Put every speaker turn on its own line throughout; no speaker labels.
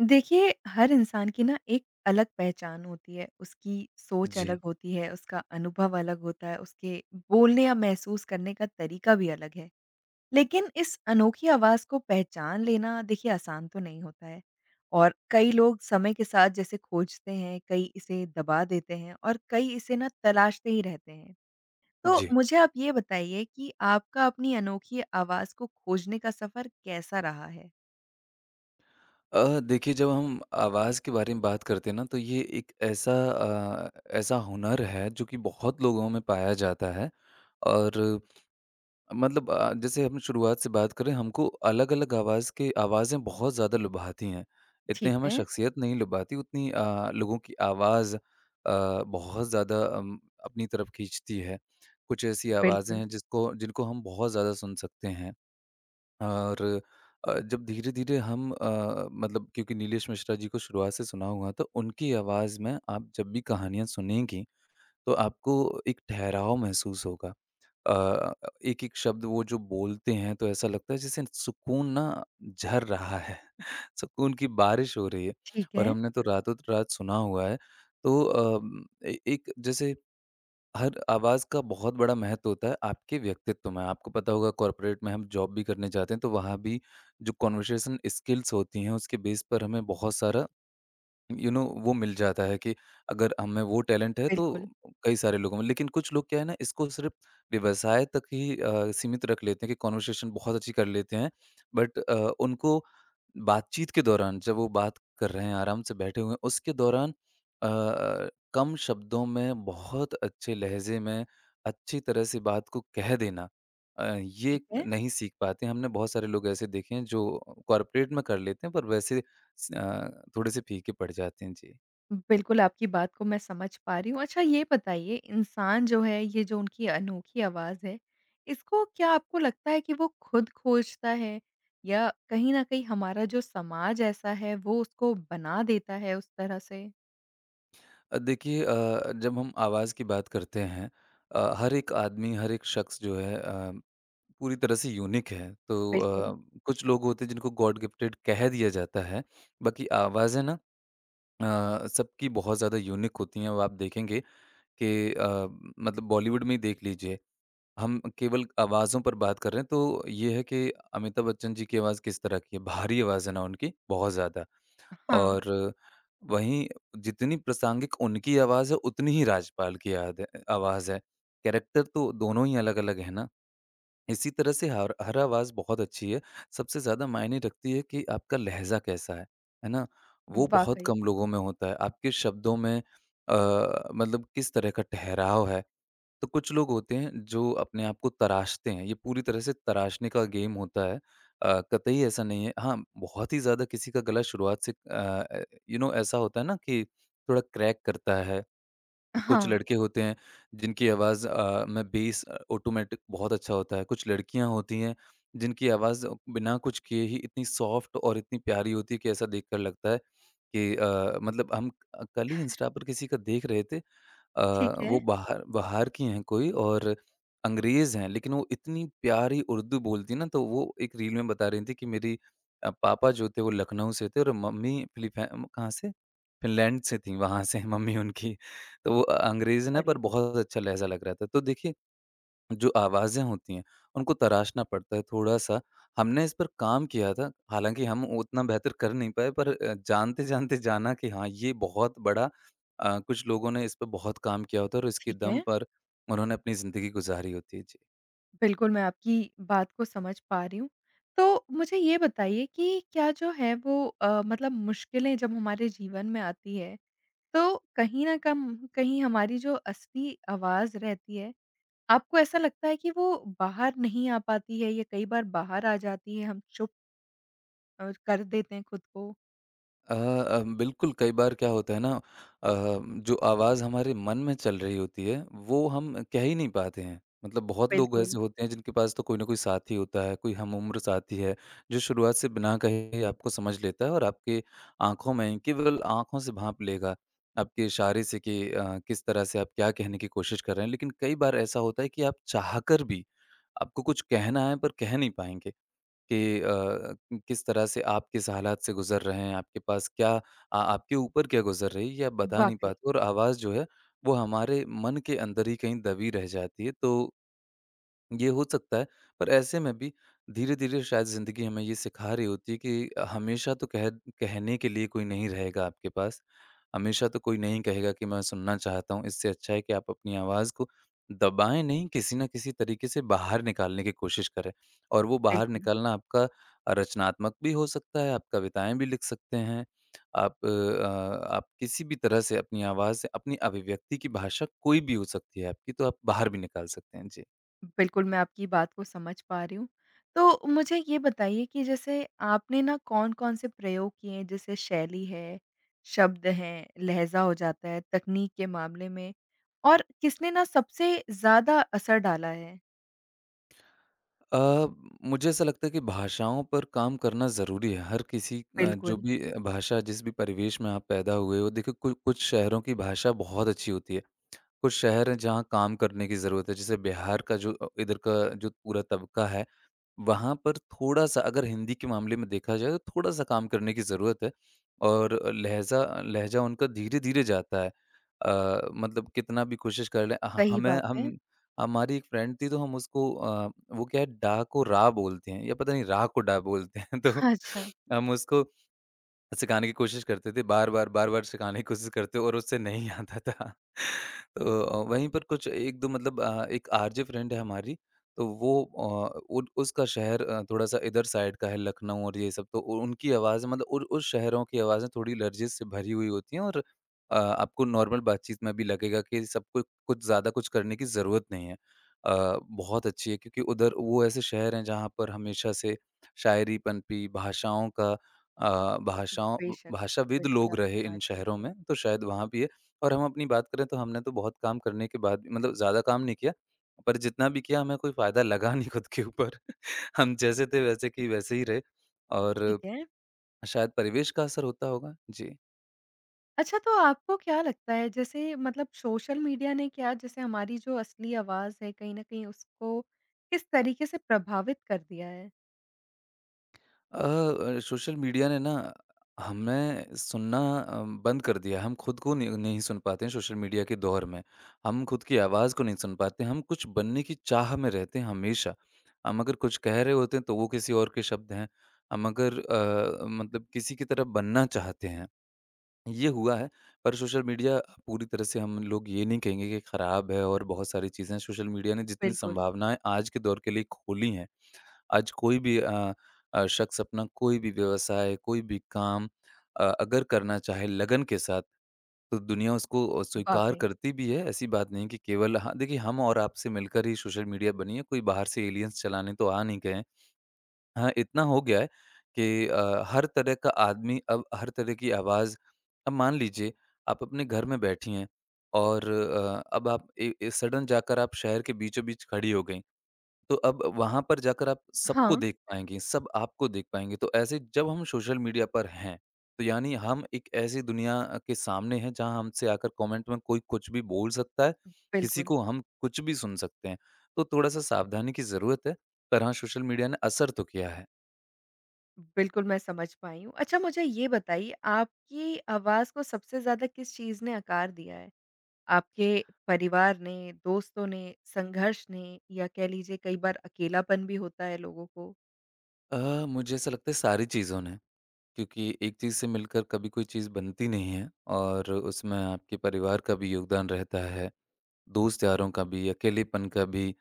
देखिए, हर इंसान की ना एक अलग पहचान होती है, उसकी सोच
जी,
अलग होती है, उसका अनुभव अलग होता है, उसके बोलने या महसूस करने का तरीका भी अलग है। लेकिन इस अनोखी आवाज़ को पहचान लेना देखिए आसान तो नहीं होता है और कई लोग समय के साथ जैसे खोजते हैं, कई इसे दबा देते हैं और कई इसे ना तलाशते ही रहते हैं। तो
जी।
मुझे आप ये बताइए कि आपका अपनी अनोखी आवाज़ को खोजने का सफ़र कैसा रहा है?
देखिए जब हम आवाज़ के बारे में बात करते हैं ना तो ये एक ऐसा ऐसा हुनर है जो कि बहुत लोगों में पाया जाता है और मतलब जैसे हम शुरुआत से बात करें हमको अलग-अलग आवाज़ के आवाज़ें बहुत ज़्यादा लुभाती हैं। इतनी
ठीक
हमें
है,
शख्सियत नहीं लुभाती उतनी लोगों की आवाज़ बहुत ज़्यादा अपनी तरफ खींचती है। कुछ ऐसी आवाज़ें
बिल्कुल।
हैं जिसको जिनको हम बहुत ज़्यादा सुन सकते हैं। और जब धीरे-धीरे हम मतलब क्योंकि नीलेश मिश्रा जी को शुरुआत से सुना हुआ तो उनकी आवाज़ में आप जब भी कहानियाँ सुनेंगी, तो आपको एक ठहराव महसूस होगा। अ, एक-एक शब्द वो जो बोलते हैं तो ऐसा लगता है जैसे सुकून ना झर रहा है, सुकून की बारिश हो रही है
ठीक
और
है।
हमने तो रातों-रात सुना हुआ है। तो ए एक जैसे हर आवाज़ का बहुत बड़ा महत्व होता है आपके व्यक्तित्व में। आपको पता होगा कॉर्पोरेट में हम जॉब भी करने जाते हैं तो वहाँ भी जो कन्वर्सेशन स्किल्स होती हैं उसके बेस पर हमें बहुत सारा यू नो वो मिल जाता है कि अगर हमें वो टैलेंट है तो
बिल्कुल।
कई सारे लोगों में, लेकिन कुछ लोग क्या है ना इसको सिर्फ व्यवसाय तक ही सीमित रख लेते हैं कि कॉन्वर्सेशन बहुत अच्छी कर लेते हैं बट उनको बातचीत के दौरान जब वो बात कर रहे हैं आराम से बैठे हुए हैं उसके दौरान अ, कम शब्दों में बहुत अच्छे लहजे में अच्छी तरह से बात को कह देना ये
ठीक है।
नहीं सीख पाते। हमने बहुत सारे लोग ऐसे देखे हैं जो कॉरपोरेट में कर लेते हैं पर वैसे थोड़े से फीके पड़ जाते हैं, जी।
बिल्कुल, आपकी बात को मैं समझ पा रही हूँ। अच्छा ये बताइए इंसान जो है ये जो उनकी अनोखी आवाज़ है, इसको क्या आपको लगता है कि वो खुद खोजता है या कहीं न कहीं हमारा जो समाज ऐसा है वो उसको बना देता है उस तरह से?
देखिए जब हम आवाज़ की बात करते हैं हर एक आदमी, हर एक शख्स जो है पूरी तरह से यूनिक है। तो
बिल्कुल।
कुछ लोग होते हैं जिनको गॉड गिफ्टेड कह दिया जाता है, बाकी आवाज़ें ना सबकी बहुत ज़्यादा यूनिक होती हैं और आप देखेंगे कि मतलब बॉलीवुड में ही देख लीजिए, हम केवल आवाज़ों पर बात कर रहे हैं तो ये है कि अमिताभ बच्चन जी की आवाज़ किस तरह की है, भारी आवाज़ है ना उनकी, बहुत ज़्यादा।
हाँ,
और वहीं जितनी प्रासंगिक उनकी आवाज़ है, उतनी ही राजपाल की याद है आवाज़ है। कैरेक्टर तो दोनों ही अलग-अलग है ना। इसी तरह से हर हर आवाज़ बहुत अच्छी है। सबसे ज़्यादा मायने रखती है कि आपका लहज़ा कैसा है ना? वो बहुत
वाक़ई।
कम लोगों में होता है। आपके शब्दों में अ, मतलब किस तरह का ठहराव है। तो कुछ लोग होते हैं जो अपने आप को तराशते हैं, ये पूरी तरह से तराशने का गेम होता है। कतई ऐसा नहीं है, हाँ, बहुत ही ज़्यादा किसी का गला शुरुआत से यू नो ऐसा होता है ना कि थोड़ा क्रैक करता है। कुछ
हाँ,
लड़के होते हैं जिनकी आवाज़ में बेस ऑटोमैटिक बहुत अच्छा होता है। कुछ लड़कियाँ होती हैं जिनकी आवाज़ बिना कुछ किए ही इतनी सॉफ्ट और इतनी प्यारी होती है कि ऐसा देखकर लगता है कि मतलब हम कल ही इंस्टा पर किसी का देख रहे थे।
ठीक है।
वो बाहर बाहर की हैं कोई, और अंग्रेज़ हैं लेकिन वो इतनी प्यारी उर्दू बोलती हैं ना तो वो एक रील में बता रही थी कि मेरी पापा जो थे वो लखनऊ से थे और मम्मी फिलिपै कहाँ से? फ़िनलैंड से थी, वहाँ से हैं मम्मी उनकी। तो वो अंग्रेज़ी ना पर
बढ़िया।
बहुत अच्छा लहज़ा लग रहा था। तो देखिए, जो आवाज़ें होती हैं, उनको तराशना पड़ता है थोड़ा-सा। हमने इस पर काम किया था, हालाँकि हम उतना बेहतर कर नहीं पाए पर जानते-जानते जाना कि हाँ, ये बहुत बड़ा कुछ लोगों ने इस पे बहुत काम किया होता है और इसके
ठीक
दम
है।
पर उन्होंने अपनी ज़िंदगी गुज़ारी होती है। जी।
बिल्कुल, मैं आपकी बात को समझ पा रही हूँ। तो मुझे ये बताइए कि क्या जो है वो मतलब मुश्किलें जब हमारे जीवन में आती है तो कहीं न कम कहीं हमारी जो असली आवाज़ रहती है, आपको ऐसा लगता है कि वो बाहर नहीं आ पाती है या कई बार बाहर आ जाती है, हम चुप कर देते हैं खुद को?
बिल्कुल, कई बार क्या होता है ना जो आवाज़ हमारे मन में चल रही होती है, वो हम कह ही नहीं पाते हैं। मतलब बहुत लोग
बिल्कुल,
ऐसे होते हैं जिनके पास तो कोई ना कोई साथी होता है, कोई हमउम्र साथी है, जो शुरुआत से बिना कहे आपको समझ लेता है और आपके आँखों में केवल आँखों से भाँप लेगा, आपके इशारे से कि किस तरह से आप क्या कहने की कोशिश कर रहे हैं। लेकिन कई बार ऐसा होता है कि आप चाहकर भी आपको कुछ कहना है पर कह नहीं पाएँगे। कि किस तरह से आप किस हालात से गुज़र रहे हैं, आपके पास क्या आ आपके ऊपर क्या गुज़र रही है ये आप बता नहीं
वाक़ई,
पाते और आवाज़ जो है, वो हमारे मन के अंदर ही कहीं दबी रह जाती है। तो ये हो सकता है, पर ऐसे में भी धीरे-धीरे शायद ज़िंदगी हमें ये सिखा रही होती है कि हमेशा तो कह कहने के लिए कोई नहीं रहेगा आपके पास। हमेशा तो कोई नहीं कहेगा कि मैं सुनना चाहता हूँ, इससे अच्छा है कि आप अपनी आवाज़ को दबाएँ नहीं, किसी न किसी तरीके से बाहर निकालने की कोशिश करें। और वो बाहर
बिल्कुल।
निकालना आपका रचनात्मक भी हो सकता है, आप कविताएँ भी लिख सकते हैं, आप आप किसी भी तरह से अपनी आवाज़ से, अपनी अभिव्यक्ति की भाषा कोई भी हो सकती है आपकी, तो आप बाहर भी निकाल सकते हैं। जी।
बिल्कुल, मैं आपकी बात को समझ पा रही हूँ। तो मुझे ये बताइए कि जैसे आपने ना कौन-कौन से प्रयोग किए हैं, जैसे शैली है, शब्द हैं, लहज़ा हो जाता है, तकनीक के मामले में और किसने ना सबसे ज़्यादा असर डाला है?
अ, मुझे ऐसा लगता है कि भाषाओं पर काम करना ज़रूरी है। हर किसी जो
बिल्कुल।
जी। भी भाषा जिस भी परिवेश में आप पैदा हुए हो, देखिए कु कुछ शहरों की भाषा बहुत अच्छी होती है। कुछ शहर हैं जहाँ काम करने की ज़रूरत है। जैसे बिहार का जो इधर का जो पूरा तबका है वहाँ पर थोड़ा-सा अगर हिंदी के मामले में देखा जाए तो थोड़ा-सा काम करने की ज़रूरत है और लहज़ा लहज़ा उनका धीरे-धीरे जाता है। मतलब कितना भी कोशिश कर लें
सही
हमें
बात है।
हम हमारी एक फ्रेंड थी तो हम उसको वो क्या है डा को रा बोलते हैं या पता नहीं रा को डा बोलते हैं तो
अच्छा,
हम उसको सिखाने की कोशिश करते थे, बार-बार, बार-बार सिखाने की कोशिश करते और उससे नहीं आता था। तो वहीं पर कुछ 1-2 मतलब एक आरजे फ्रेंड है हमारी, तो वो उन उसका शहर थोड़ा-सा इधर साइड का है, लखनऊ और ये सब, तो उ उनकी आवाज़ मतलब उन उस शहरों की आवाज़ें थोड़ी लर्जिश से भरी हुई होती हैं और आपको नॉर्मल बातचीत में भी लगेगा कि सबको कुछ ज़्यादा कुछ करने की ज़रूरत नहीं है। बहुत अच्छी है क्योंकि उधर वो ऐसे शहर हैं जहाँ पर हमेशा से शायरी पनपी, भाषाओं का अ, भाषाओं ब
बेशक,
भाषाविद
बिल्कुल
लोग
आपकी
रहे इन
बात ठीक
शहरों
है।
में, तो शायद वहाँ भी है। और हम अपनी बात करें तो हमने तो बहुत काम करने के बाद भी, मतलब ज़्यादा काम नहीं किया, पर जितना भी किया हमें कोई फ़ायदा लगा नहीं खुद के ऊपर। हम जैसे थे वैसे के वैसे ही रहे
ठीक
और
है।
शायद परिवेश का असर होता होगा। जी।
अच्छा तो आपको क्या लगता है जैसे मतलब सोशल मीडिया ने क्या जैसे हमारी जो असली आवाज़ है कहीं न कहीं उसको किस तरीके से प्रभावित कर दिया है?
अ सोशल मीडिया ने ना हमें सुनना बंद कर दिया है। हम खुद को नहीं नहीं सुन पाते हैं सोशल मीडिया के दौर में। हम खुद की आवाज़ को नहीं सुन पाते हैं। हम कुछ बनने की चाह में रहते हैं हमेशा। हम अगर कुछ कह रहे होते हैं तो वो किसी और के शब्द हैं। हम अगर मतलब किसी की तरह बनना चाहते हैं, ये हुआ है। पर सोशल मीडिया पूरी तरह से हम लोग ये नहीं कहेंगे कि खराब है, और बहुत सारी चीज़ें सोशल मीडिया ने जितनी
बिल्कुल।
संभावनाएँ आज के दौर के लिए खोली हैं, आज कोई भी शख्स अपना कोई भी व्यवसाय, कोई भी काम अगर करना चाहे लगन के साथ, तो दुनिया उसको स्वीकार
वाक़ई।
करती भी है, ऐसी बात नहीं कि केवल हाँ, देखिए हम और आप से मिलकर ही सोशल मीडिया बनी है, कोई बाहर से एलियंस चलाने तो आ नहीं गए हैं। हाँ, इतना हो गया है कि हर तरह का आदमी अब हर तरह की आवाज़, अब मान लीजिए, आप अपने घर में बैठी हैं और अब आप ए ए सडन जाकर आप शहर के बीचों-बीच खड़ी हो गई। तो अब वहाँ पर जाकर आप सबको
हाँ,
देख पाएँगे, सब आपको देख पाएँगे। तो ऐसे जब हम सोशल मीडिया पर हैं, तो यानी हम एक ऐसी दुनिया के सामने हैं जहाँ हमसे आकर कमेंट में कोई कुछ भी बोल सकता है, किसी
बिल्कुल।
को हम कुछ भी सुन सकते हैं। तो थोड़ा-सा सावधानी की ज़रूरत है, पर हाँ सोशल मीडिया ने असर तो किया है।
बिल्कुल, मैं समझ पाई हूँ। अच्छा मुझे ये बताइए आपकी आवाज़ को सबसे ज़्यादा किस चीज़ ने आकार दिया है? आपके परिवार ने, दोस्तों ने, संघर्ष ने या कह लीजिए कई बार अकेलापन भी होता है लोगों को।
मुझे ऐसा लगता है सारी चीज़ों ने, क्योंकि एक चीज़ से मिलकर कभी कोई चीज़ बनती नहीं है और उसमें आपके परिवार का भी योगदान रहता है, दोस्त-यारों का भी, अकेलेपन का भी।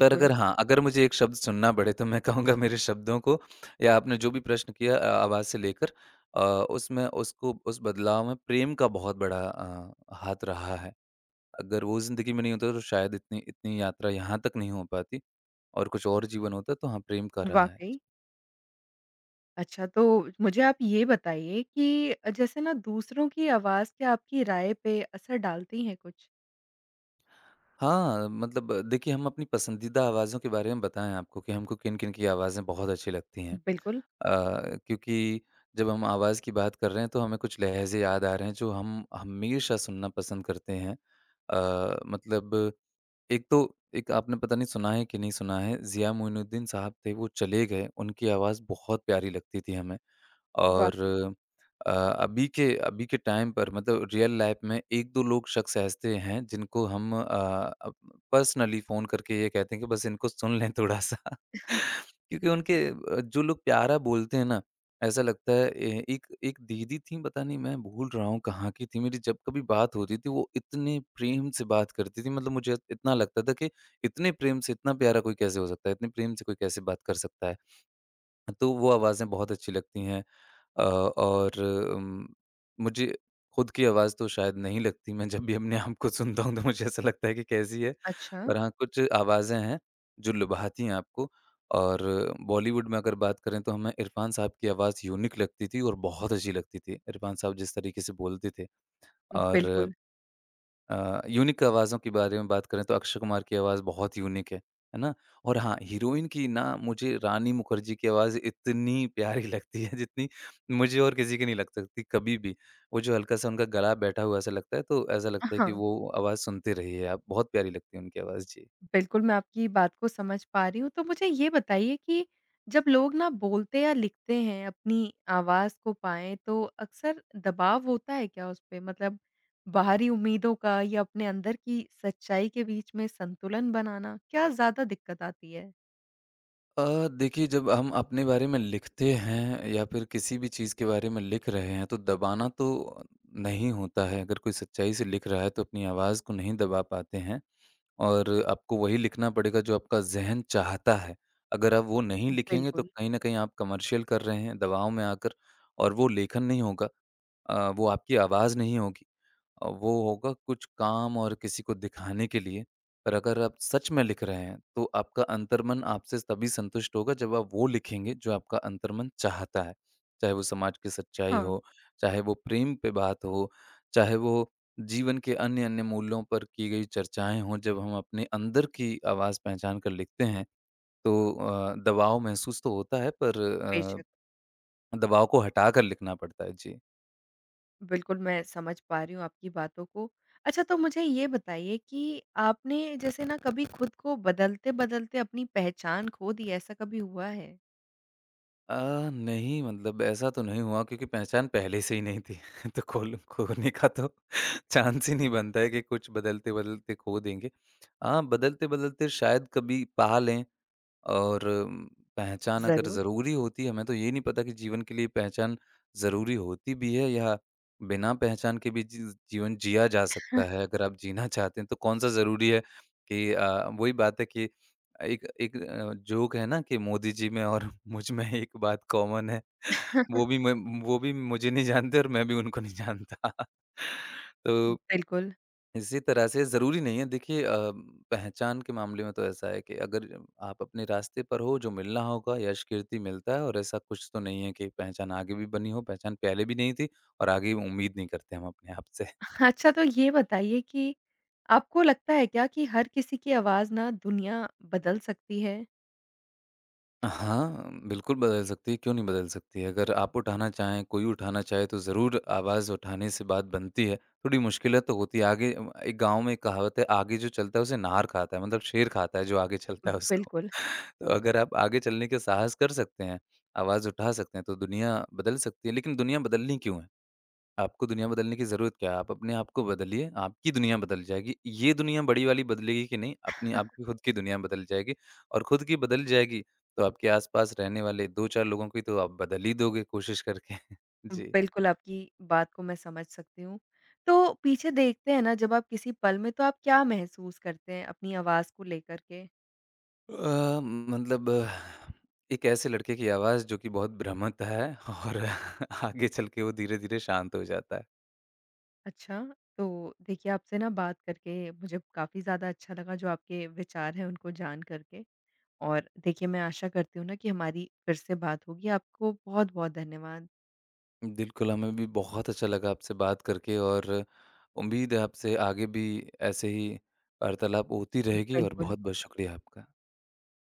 पर अगर हाँ, अगर मुझे एक शब्द चुनना पड़े तो मैं कहूँगा मेरे शब्दों को या आपने जो भी प्रश्न किया आवाज़ से लेकर अ, उसमें उसको उस बदलाव में प्रेम का बहुत बड़ा हाथ रहा है। अगर वो ज़िंदगी में नहीं होता तो शायद इतनी इतनी यात्रा यहाँ तक नहीं हो पाती और कुछ और जीवन होता तो हाँ, प्रेम का रहा है।
वाक़ई। अच्छा तो मुझे आप ये बताइए कि जैसे ना दूसरों की आवाज़ क्या आपकी राय पे असर डालती हैं कुछ?
हाँ, मतलब देखिए हम अपनी पसंदीदा आवाज़ों के बारे में बताएँ आपको कि हमको किन-किन की आवाज़ें बहुत अच्छी लगती हैं।
बिल्कुल।
क्योंकि जब हम आवाज़ की बात कर रहे हैं तो हमें कुछ लहज़े याद आ रहे हैं जो हम हमेशा सुनना पसंद करते हैं। मतलब एक, आपने पता नहीं सुना है कि नहीं सुना है, ज़िया मोइनुद्दीन साहब थे, वो चले गए, उनकी आवाज़ बहुत प्यारी लगती थी हमें।
वाक़ई।
और अभी के टाइम पर, मतलब रियल लाइफ में 1-2 लोग शख्स ऐसे हैं जिनको हम अ, अप पर्सनली फ़ोन करके ये कहते हैं कि बस इनको सुन लें थोड़ा-सा। क्योंकि उनके, जो लोग प्यारा बोलते हैं ना, ऐसा लगता है, ए एक एक दीदी थीं, पता नहीं मैं भूल रहा हूँ कहाँ की थी मेरी, जब कभी बात होती थी वो इतने प्रेम से बात करती थी, मतलब मुझे इतना लगता था कि इतने प्रेम से इतना प्यारा कोई कैसे हो सकता है? इतने प्रेम से कोई कैसे बात कर सकता है? तो वो आवाज़ें बहुत अच्छी लगती हैं। और उम, मुझे खुद की आवाज़ तो शायद नहीं लगती। मैं जब भी अपने आप को सुनता हूँ तो मुझे ऐसा लगता है कि कैसी है।
अच्छा,
पर हाँ, कुछ आवाज़ें हैं जो लुभाती हैं आपको। और बॉलीवुड में अगर बात करें तो हमें इरफ़ान साहब की आवाज़ यूनिक लगती थी और बहुत अच्छी लगती थी। इरफ़ान साहब जिस तरीके से बोलते थे। और
बिल्कुल।
यूनिक आवाज़ों के बारे में बात करें तो अक्षय कुमार की आवाज़ बहुत यूनिक है ना? और हाँ, हीरोइन की, ना, मुझे रानी मुखर्जी की आवाज़ इतनी प्यारी लगती है जितनी मुझे और किसी की नहीं लग सकती कभी भी। वो जो हल्का-सा उनका गला बैठा हुआ ऐसा लगता है, तो ऐसा लगता है कि
हाँ।
वो आवाज़ सुनते रहिए आप, बहुत प्यारी लगती है उनकी आवाज़। जी।
बिल्कुल, मैं आपकी बात को समझ पा रही हूँ। तो मुझे ये बताइए कि जब लोग ना बोलते या लिखते हैं, अपनी आवाज़ को पाएँ, तो अक्सर दबाव होता है क्या उस पे? मतलब बाहरी उम्मीदों का या अपने अंदर की सच्चाई के बीच में संतुलन बनाना, क्या ज़्यादा दिक्कत आती है?
देखिए, जब हम अपने बारे में लिखते हैं या फिर किसी भी चीज़ के बारे में लिख रहे हैं तो दबाना तो नहीं होता है। अगर कोई सच्चाई से लिख रहा है तो अपनी आवाज़ को नहीं दबा पाते हैं, और आपको वही लिखना पड़ेगा जो आपका ज़हन चाहता है। अगर आप वो नहीं लिखेंगे तो
बिल्कुल।
कहीं न कहीं आप कमर्शियल कर रहे हैं दबाव में आकर, और वो लेखन नहीं होगा। वो आपकी आवाज़ नहीं होगी। वो होगा कुछ काम, और किसी को दिखाने के लिए। पर अगर आप सच में लिख रहे हैं, तो आपका अंतर्मन आपसे तभी संतुष्ट होगा जब आप वो लिखेंगे जो आपका अंतर्मन चाहता है। चाहे वो समाज की सच्चाई
हाँ,
हो, चाहे वो प्रेम पे बात हो, चाहे वो जीवन के अन्य-अन्य मूल्यों पर की गई चर्चाएँ हों। जब हम अपने अंदर की आवाज़ पहचान कर लिखते हैं, तो दबाव महसूस तो होता है, पर
बेशक।
दबाव को हटा कर लिखना पड़ता है। जी।
बिल्कुल, मैं समझ पा रही हूँ आपकी बातों को। अच्छा तो मुझे ये बताइए कि आपने जैसे ना कभी खुद को बदलते-बदलते अपनी पहचान खो दी, ऐसा कभी हुआ है?
अ, नहीं, मतलब ऐसा तो नहीं हुआ, क्योंकि पहचान पहले से ही नहीं थी। तो खोल खोने का तो चांस ही नहीं बनता है कि कुछ बदलते-बदलते खो देंगे। हाँ, बदलते-बदलते शायद कभी पा लें। और पहचान अगर
ज़रूर।
ज़रूरी होती है, हमें तो ये नहीं पता कि जीवन के लिए पहचान ज़रूरी होती भी है या बिना पहचान के भी जीवन जिया जा सकता है। अगर आप जीना चाहते हैं तो कौन-सा ज़रूरी है? कि वही बात है कि एक एक अ, जोक है ना कि मोदी जी में और मुझ में एक बात कॉमन है, वो भी मैं वो भी मुझे नहीं जानते और मैं भी उनको नहीं जानता। तो
बिल्कुल।
इसी तरह से ज़रूरी नहीं है। देखिए, पहचान के मामले में तो ऐसा है कि अगर आप अपने रास्ते पर हो, जो मिलना होगा, यश कीर्ति मिलता है, और ऐसा कुछ तो नहीं है कि पहचान आगे भी बनी हो। पहचान पहले भी नहीं थी और आगे भी उम्मीद नहीं करते हम अपने आप से।
अच्छा तो ये बताइए कि आपको लगता है क्या कि हर किसी की आवाज़ ना दुनिया बदल सकती है?
हाँ, बिल्कुल बदल सकती है, क्यों नहीं बदल सकती है। अगर आप उठाना चाहें, कोई उठाना चाहे, तो ज़रूर आवाज़ उठाने से बात बनती है। थोड़ी मुश्किलें तो होती है आगे। एक गाँव में एक कहावत है, आगे जो चलता है उसे नार खाता है, मतलब शेर खाता है जो आगे चलता है उसको।
बिल्कुल,
तो अगर आप आगे चलने के साहस कर सकते हैं, आवाज़ उठा सकते हैं, तो दुनिया बदल सकती है। लेकिन दुनिया बदलनी क्यों है? आपको दुनिया बदलने की ज़रूरत क्या है? आप अपने आप को बदलिए, आपकी दुनिया बदल जाएगी। ये दुनिया बड़ी वाली बदलेगी कि नहीं, अपनी, आपकी खुद की दुनिया बदल जाएगी। और खुद की बदल जाएगी, तो आपके आस-पास रहने वाले 2-4 लोगों की तो आप बदल ही दोगे कोशिश करके। जी।
बिल्कुल आपकी बात को मैं समझ सकती हूँ। तो पीछे देखते हैं ना जब आप किसी पल में तो आप क्या महसूस करते हैं अपनी आवाज़ को लेकर के?
अ, मतलब, एक ऐसे लड़के की आवाज़ जो कि बहुत भ्रमित है, और आगे चल के वो धीरे-धीरे शांत हो जाता है।
अच्छा, तो देखिए आपसे ना बात करके मुझे काफ़ी ज़्यादा अच्छा लगा जो आपके विचार हैं उनको जान करके। और देखिए मैं आशा करती हूँ ना कि हमारी फिर से बात होगी। आपको बहुत-बहुत धन्यवाद।
बिल्कुल, हमें भी बहुत अच्छा लगा आपसे बात करके, और उम्मीद है आपसे आगे भी ऐसे ही वार्तालाप होती रहेगी। और
बिल्कुल।
बहुत-बहुत शुक्रिया आपका।